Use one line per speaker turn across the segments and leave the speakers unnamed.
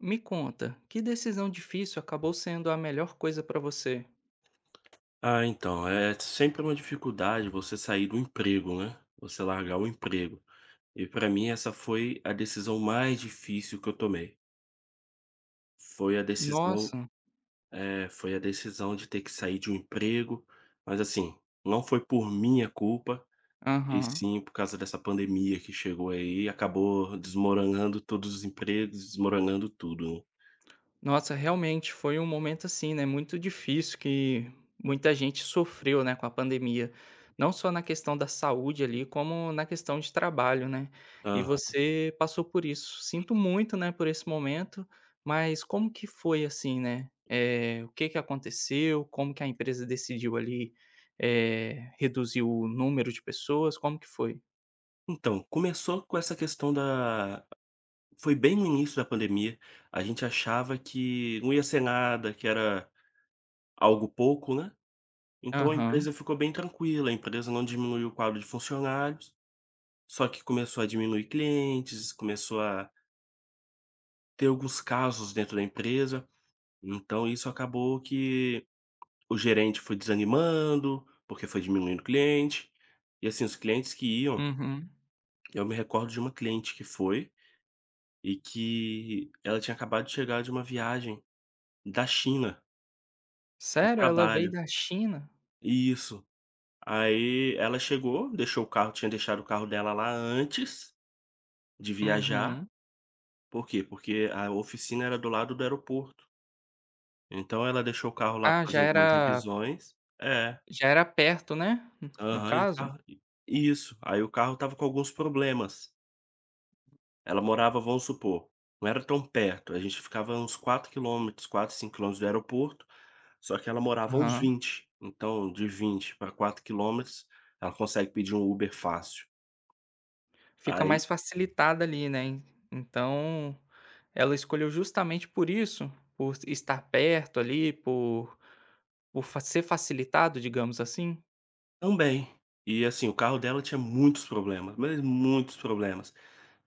Me conta, que decisão difícil acabou sendo a melhor coisa pra você?
Ah, então, é sempre uma dificuldade você sair do emprego, né? Você largar o emprego. E para mim essa foi a decisão mais difícil que eu tomei. Foi a decisão,
Nossa,
foi a decisão de ter que sair de um emprego, mas assim, não foi por minha culpa, e
aham.
sim por causa dessa pandemia que chegou aí e acabou desmoronando todos os empregos, desmoronando tudo, né?
Nossa, realmente foi um momento, assim, né, muito difícil que muita gente sofreu, né, com a pandemia. Não só na questão da saúde ali, como na questão de trabalho, né. E
Aham.
você passou por isso. Sinto muito, né, por esse momento, mas como que foi, assim, né? O que que aconteceu? Como que a empresa decidiu ali, reduzir o número de pessoas? Como que foi?
Então, começou com essa questão da. Foi bem no início da pandemia, a gente achava que não ia ser nada, que era algo pouco, né, então a
Aham,
empresa ficou bem tranquila, a empresa não diminuiu o quadro de funcionários, só que começou a diminuir clientes, começou a ter alguns casos dentro da empresa, então isso acabou que o gerente foi desanimando, porque foi diminuindo o cliente, e assim, os clientes que iam.
uhum.
Eu me recordo de uma cliente que foi, e que ela tinha acabado de chegar de uma viagem da China. A
Sério? Ela veio
trabalho.
da China?
Isso. Aí ela chegou, deixou o carro tinha deixado o carro dela lá antes de viajar.
Uhum.
Por quê? Porque a oficina era do lado do aeroporto. Então ela deixou o carro lá pra
Ah,
fazer algumas revisões. É.
já era perto, né, no
Aham. E o
caso?
carro, isso. Aí o carro tava com alguns problemas. Ela morava, vamos supor, não era tão perto, a gente ficava uns 4 5 quilômetros do aeroporto, só que ela morava uns
Aham.
vinte. Então de 20 para 4 quilômetros ela consegue pedir um Uber fácil.
Fica mais
Aí
facilitada ali, né, en então, ela escolheu justamente por isso? Por estar perto ali, por fa ser facilitado, digamos assim?
também. E assim, o carro dela tinha muitos problemas, mas muitos problemas.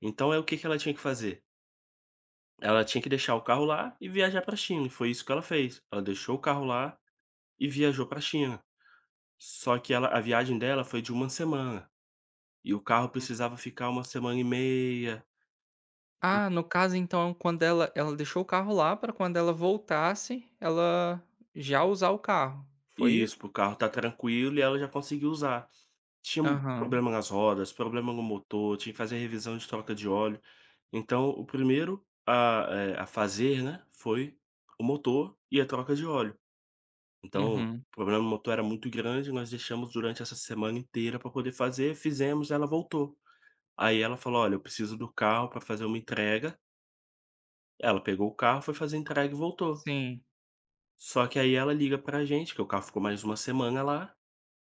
Então é o que que ela tinha que fazer? Ela tinha que deixar o carro lá e viajar para China, e foi isso que ela fez. Ela deixou o carro lá e viajou para China. Só que ela A viagem dela foi de uma semana, e o carro
Hum.
precisava ficar uma semana e meia.
Ah, no caso então quando ela deixou o carro lá para quando ela voltasse, ela já usar o carro, foi isso?
Isso, para o carro estar tranquilo e ela já conseguiu usar. Tinha um
Aham,
problema nas rodas, problema no motor, tinha que fazer revisão de troca de óleo. Então o primeiro a fazer, né, foi o motor e a troca de óleo. Então, o
uhum,
problema do motor era muito grande, nós deixamos durante essa semana inteira para poder fazer, fizemos, ela voltou. Aí ela falou: "Olha, eu preciso do carro para fazer uma entrega". Ela pegou o carro, foi fazer a entrega e voltou.
sim,
Só que aí ela liga para a gente, que o carro ficou mais uma semana lá,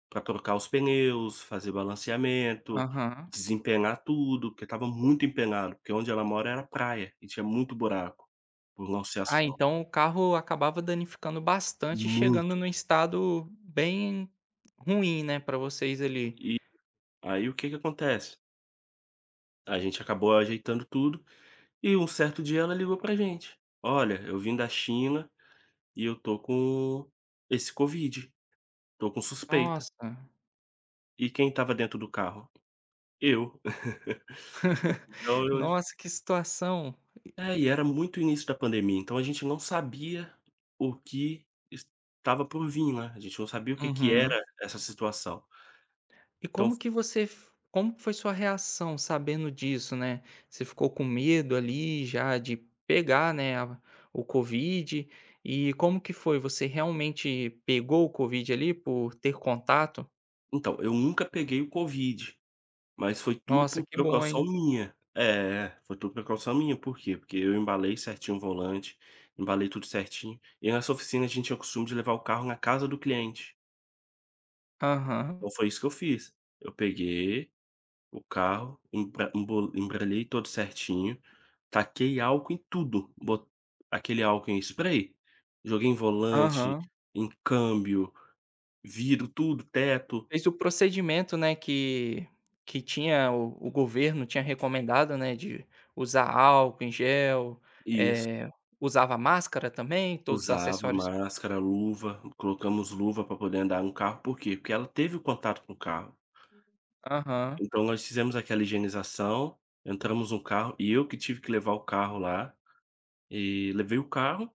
para trocar os pneus, fazer balanceamento,
aham.
desempenhar tudo, porque estava muito empenhado, porque onde ela mora era praia e tinha muito buraco, por não ser
Ah,
asfalto,
então o carro acabava danificando bastante, chegando
muito.
num estado bem ruim, né, pra vocês ali.
E aí o que que acontece? A gente acabou ajeitando tudo e um certo dia ela ligou pra gente: "Olha, eu vim da China e eu tô com esse covid, tô com suspeita".
Nossa,
E quem estava dentro do carro? Eu. Então eu.
nossa, que situação.
É, e era muito início da pandemia, então a gente não sabia o que estava por vir, né, a gente não sabia o que que era
Uhum.
essa situação.
E
Então
como que você f como que foi sua reação sabendo disso, né? Você ficou com medo ali já de pegar, né, a o Covid, e como que foi? Você realmente pegou o Covid ali por ter contato?
então, eu nunca peguei o covid, mas foi tudo
Nossa,
por
que bom,
precaução
hein.
minha. É, foi tudo precaução minha, por quê? Porque eu embalei certinho o volante, embalei tudo certinho, e nessa oficina a gente tinha o costume de levar o carro na casa do cliente,
Aham,
então foi isso que eu fiz. Eu peguei o carro, embralhei todo certinho, taquei álcool em tudo, bot aquele álcool em spray, joguei em volante,
aham.
em câmbio, vidro, tudo, teto.
Fez o procedimento, né, que tinha o governo tinha recomendado, né, de usar álcool em gel,
Isso.
eh, usava máscara também, todos os
Usava
acessórios,
máscara, luva, colocamos luva para poder andar no carro, por quê? Porque ela teve o contato com o carro.
aham.
Então nós fizemos aquela higienização, entramos no carro e eu que tive que levar o carro lá, e levei o carro.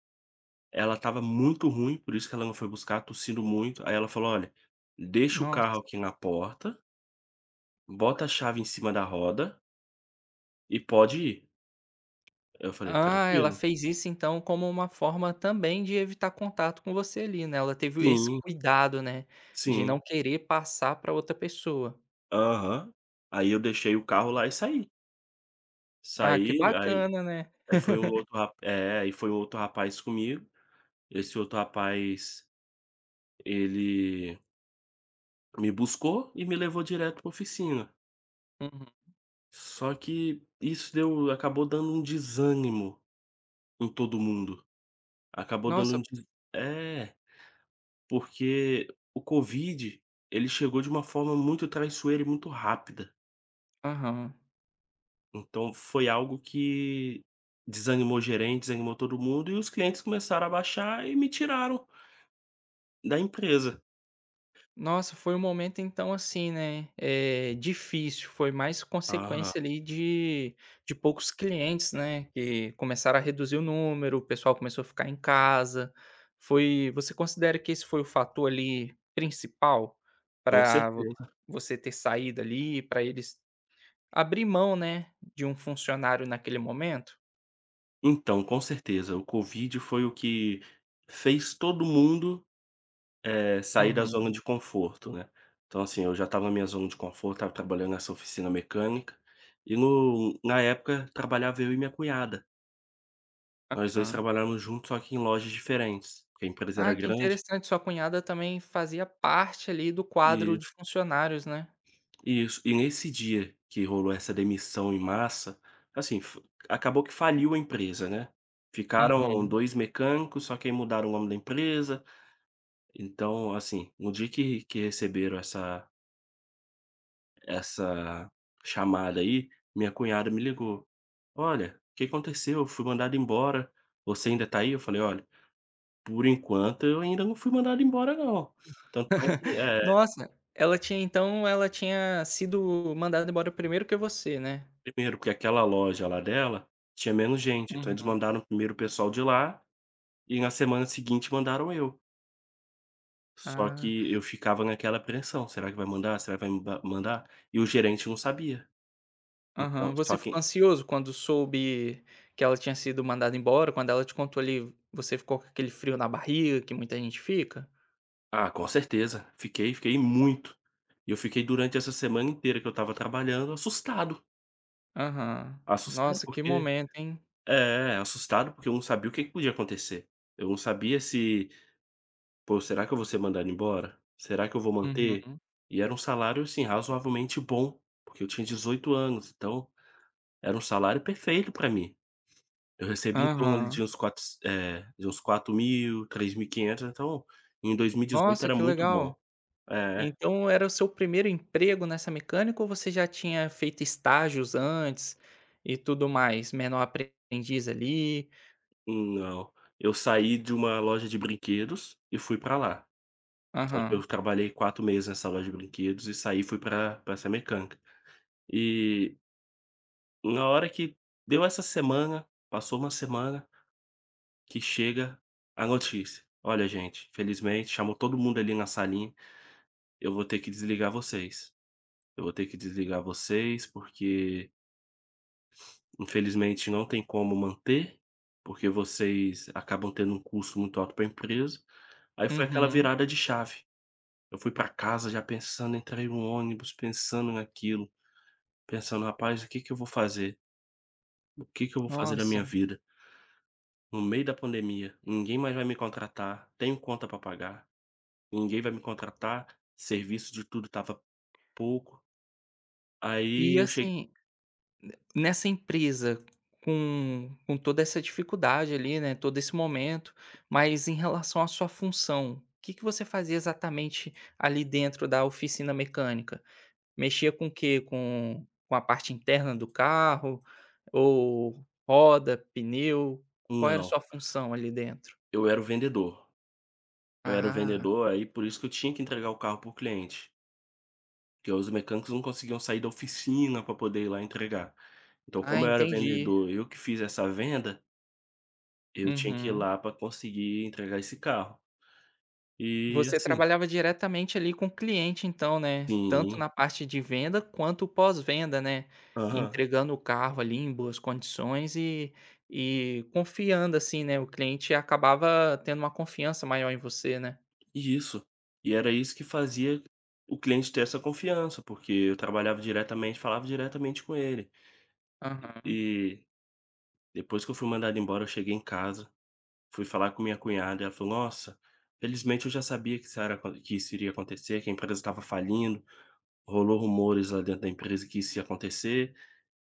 Ela estava muito ruim, por isso que ela não foi buscar, tossindo muito. Aí ela falou: "Olha, deixa o carro
Nossa.
aqui na porta, bota a chave em cima da roda e pode ir". Eu falei:
Ah, ela
"Tranquilo".
fez isso, então, como uma forma também de evitar contato com você ali, né, ela teve esse
Sim,
cuidado, né, de não
sim.
querer passar para outra pessoa.
Aham. Aí eu deixei o carro lá e saí.
Ah, que
Saí. aí
bacana, né.
aí foi um outro ra é, aí foi um outro rapaz comigo. Esse outro rapaz, ele me buscou e me levou direto pra oficina.
Uhum.
Só que isso deu acabou dando um desânimo em todo mundo. Acabou dando
Nossa.
um des, é, porque o covid, ele chegou de uma forma muito traiçoeira e muito rápida.
Aham.
Então foi algo que desanimou gerente, desanimou todo mundo, e os clientes começaram a baixar e me tiraram da empresa.
Nossa, foi um momento então assim, né. É difícil, foi mais consequência
Ah,
ali de poucos clientes, né, que começaram a reduzir o número, o pessoal começou a ficar em casa. Foi, você considera que esse foi o fator ali principal
com
para
certeza.
você ter saído ali, para eles abrir mão, né, de um funcionário naquele momento?
Então, com certeza, o covid foi o que fez todo mundo. É sair da zona
Uhum.
de conforto, né. Então, assim, eu já estava na minha zona de conforto, estava trabalhando nessa oficina mecânica, e no na época trabalhava eu e minha cunhada. Nós 2
Aham.
trabalhamos juntos, só que em lojas diferentes, porque a empresa
Ah,
era
que
grande
interessante, sua cunhada também fazia parte ali do quadro
e,
de funcionários, né?
isso. E nesse dia que rolou essa demissão em massa, assim, f acabou que faliu a empresa, né. Ficaram
Uhum.
2 mecânicos, só que aí mudaram o nome da empresa. Então, assim, no dia que receberam essa chamada aí, minha cunhada me ligou: "Olha, o que aconteceu? Eu fui mandado embora. Você ainda tá aí?" Eu falei: "Olha, por enquanto eu ainda não fui mandado embora não". Tanto é que, eh,
Nossa, ela tinha sido mandada embora primeiro que você, né?
primeiro porque aquela loja lá dela tinha menos gente, então eles
Uhum.
mandaram primeiro o pessoal de lá e na semana seguinte mandaram eu. Só
Ah,
que eu ficava naquela apreensão: "Será que vai mandar? Será que vai me ba mandar?" E o gerente não sabia.
aham.
Então
Você
só
ficou
quem.
ansioso quando soube que ela tinha sido mandada embora? Quando ela te contou ali, você ficou com aquele frio na barriga que muita gente fica?
Ah, com certeza. Fiquei, fiquei muito. E eu fiquei durante essa semana inteira que eu estava trabalhando assustado.
Aham.
Assustado
Nossa, que
porque
momento, hein?
é, assustado porque eu não sabia o que que podia acontecer. Eu não sabia se: "Pô, será que eu vou ser mandado embora? Será que eu vou manter?"
Uhum.
E era um salário, assim, razoavelmente bom, porque eu tinha 18 anos, então era um salário perfeito pra mim. Eu recebia em torno ali de
Aham.
uns de uns 4.000, 3.500, então em 2018
Nossa,
era
que
muito bom.
legal.
É.
Então era o seu primeiro emprego nessa mecânica ou você já tinha feito estágios antes e tudo mais? Menor aprendiz ali?
Não, eu saí de uma loja de brinquedos e fui pra lá. Só que
Aham.
eu trabalhei 4 meses nessa loja de brinquedos e saí e fui pra essa mecânica. E na hora que deu essa semana, passou uma semana, que chega a notícia: "Olha gente, felizmente chamou todo mundo ali na salinha, eu vou ter que desligar vocês. Eu vou ter que desligar vocês porque infelizmente não tem como manter, porque vocês acabam tendo um custo muito alto para a empresa". Aí foi aquela
Uhum.
virada de chave. Eu fui para casa já pensando, entrei no ônibus pensando naquilo, pensando: "Rapaz, o que que eu vou fazer? O que que eu vou fazer da minha
Nossa.
vida? No meio da pandemia, ninguém mais vai me contratar, tenho conta para pagar, ninguém vai me contratar, serviço de tudo estava pouco".
E
Aí eu cheguei.
assim, nessa empresa, com toda essa dificuldade ali, né, todo esse momento, mas em relação à sua função, o que que você fazia exatamente ali dentro da oficina mecânica? Mexia com o quê? Com a parte interna do carro ou roda, pneu? Qual era a sua
Não,
função ali dentro?
eu era o vendedor. Eu era o
Ah.
vendedor, aí por isso que eu tinha que entregar o carro pro cliente, porque os mecânicos não conseguiam sair da oficina para poder ir lá entregar. Então
Ah,
como eu era
entendi.
vendedor, eu que fiz essa venda, eu tinha que ir
Uhum.
lá para conseguir entregar esse carro. E
Você
assim,
trabalhava diretamente ali com o cliente então, né, tanto
sim,
na parte de venda quanto pós-venda, né,
aham,
entregando o carro ali em boas condições e confiando assim, né, o cliente acabava tendo uma confiança maior em você, né.
isso. E era isso que fazia o cliente ter essa confiança, porque eu trabalhava diretamente, falava diretamente com ele.
Aham.
E depois que eu fui mandado embora, eu cheguei em casa, fui falar com minha cunhada e ela falou: "Nossa, felizmente eu já sabia que isso era, que isso iria acontecer, que a empresa estava falindo, rolou rumores lá dentro da empresa que isso ia acontecer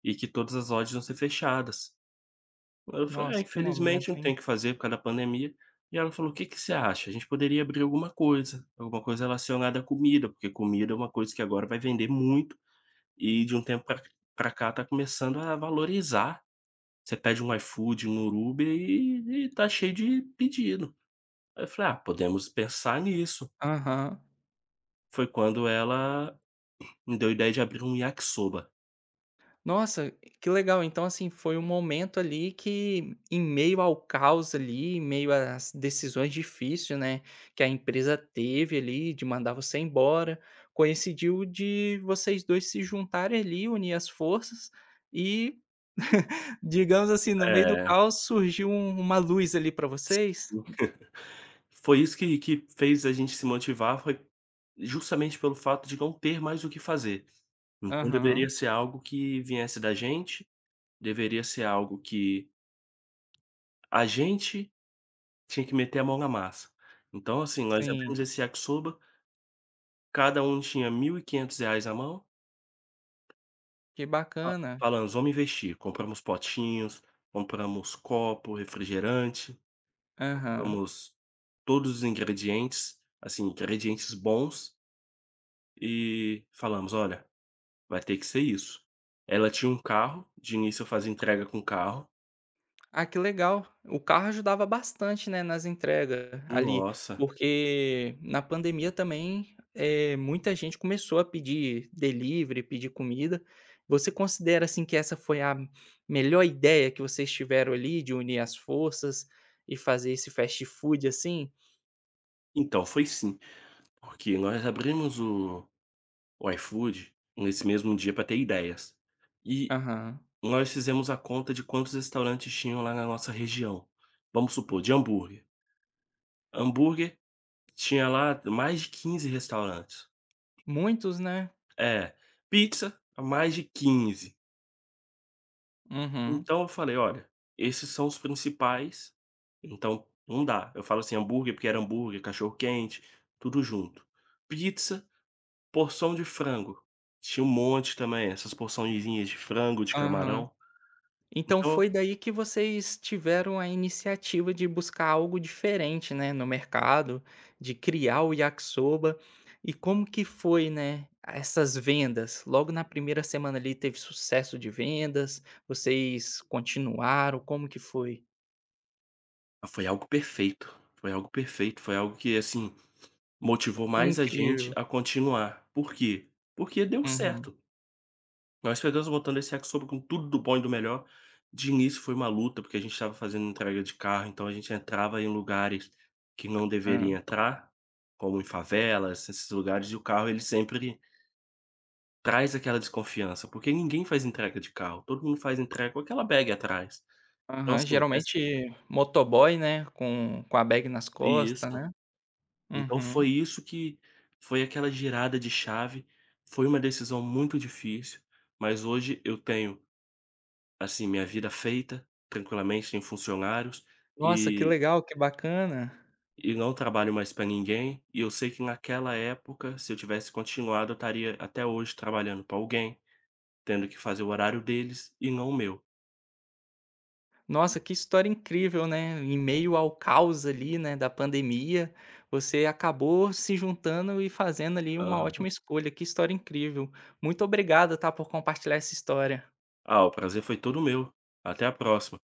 e que todas as lojas iam ser fechadas". Eu falei: "É,
Nossa, que
infelizmente
momento,
não
hein.
tem o que fazer por causa da pandemia". E ela falou: "O que que você acha? A gente poderia abrir alguma coisa relacionada à comida, porque comida é uma coisa que agora vai vender muito e de um tempo pra cá tá começando a valorizar. Você pede um iFood, um Uber e tá cheio de pedido". Aí eu falei: "Ah, podemos pensar nisso".
Aham.
Foi quando ela me deu a ideia de abrir um yakisoba.
Nossa, que legal. Então, assim, foi um momento ali que, em meio ao caos ali, em meio às decisões difíceis, né, que a empresa teve ali de mandar você embora, coincidiu de vocês dois se juntarem ali, unir as forças e, digamos assim, no meio do
É,
caos surgiu uma luz ali para vocês?
foi isso que fez a gente se motivar, foi justamente pelo fato de não ter mais o que fazer. Então deveria
Aham,
ser algo que viesse da gente, deveria ser algo que a gente tinha que meter a mão na massa. Então, assim, nós abrimos
sim,
esse yakisoba, cada um tinha R$ 1.500 na mão,
que
fa
bacana.
falamos: "Vamos investir". Compramos potinhos, compramos copo, refrigerante,
Aham.
compramos todos os ingredientes, assim, ingredientes bons e falamos: "Olha, vai ter que ser isso". Ela tinha um carro, de início eu fazia entrega com carro.
Ah, que legal. O carro ajudava bastante, né, nas entregas ali,
Nossa,
porque na pandemia também, muita gente começou a pedir delivery, pedir comida. Você considera, assim, que essa foi a melhor ideia que vocês tiveram ali de unir as forças e fazer esse fast food, assim?
então foi sim. Porque nós abrimos o iFood nesse mesmo dia para ter ideias. E
Aham.
nós fizemos a conta de quantos restaurantes tinham lá na nossa região. Vamos supor, de hambúrguer. Hambúrguer tinha lá mais de 15 restaurantes.
Muitos, né?
É, pizza, mais de 15.
Uhum.
Então eu falei: "Olha, esses são os principais, então não dá". Eu falo assim hambúrguer, porque era hambúrguer, cachorro quente, tudo junto. Pizza. Porção de frango, tinha um monte também, essas porçõezinhas de frango, de
Aham.
camarão.
Então
Então,
foi daí que vocês tiveram a iniciativa de buscar algo diferente, né, no mercado, de criar o yakisoba. E como que foi, né, essas vendas? Logo na primeira semana ali teve sucesso de vendas? Vocês continuaram? Como que foi?
ah, foi algo perfeito, foi algo perfeito, foi algo que, assim, motivou mais a gente
Incrível.
a continuar. Por quê? Porque deu
Uhum.
certo. Nós fizemos montando esse yakisoba com tudo do bom e do melhor. De início foi uma luta, porque a gente estava fazendo entrega de carro, então a gente entrava em lugares que não
Hã.
deveria entrar, como em favelas, esses lugares, e o carro, ele sempre traz aquela desconfiança, porque ninguém faz entrega de carro, todo mundo faz entrega com aquela bag atrás. Então
Aham.
assim, essa,
Geralmente motoboy, né, com a bag nas costas,
isso.
né.
Então
Uhum.
foi isso que foi aquela girada de chave, foi uma decisão muito difícil, mas hoje eu tenho, assim, minha vida feita, tranquilamente, tenho funcionários,
Nossa, que
e
legal, que bacana.
e não trabalho mais para ninguém, e eu sei que naquela época, se eu tivesse continuado, eu estaria até hoje trabalhando para alguém, tendo que fazer o horário deles e não o meu.
Nossa, que história incrível, né? Em meio ao caos ali, né, da pandemia, você acabou se juntando e fazendo ali uma ótima escolha. Que história incrível. Muito obrigado, tá, por compartilhar essa história.
Ah, o prazer foi todo meu. Até a próxima.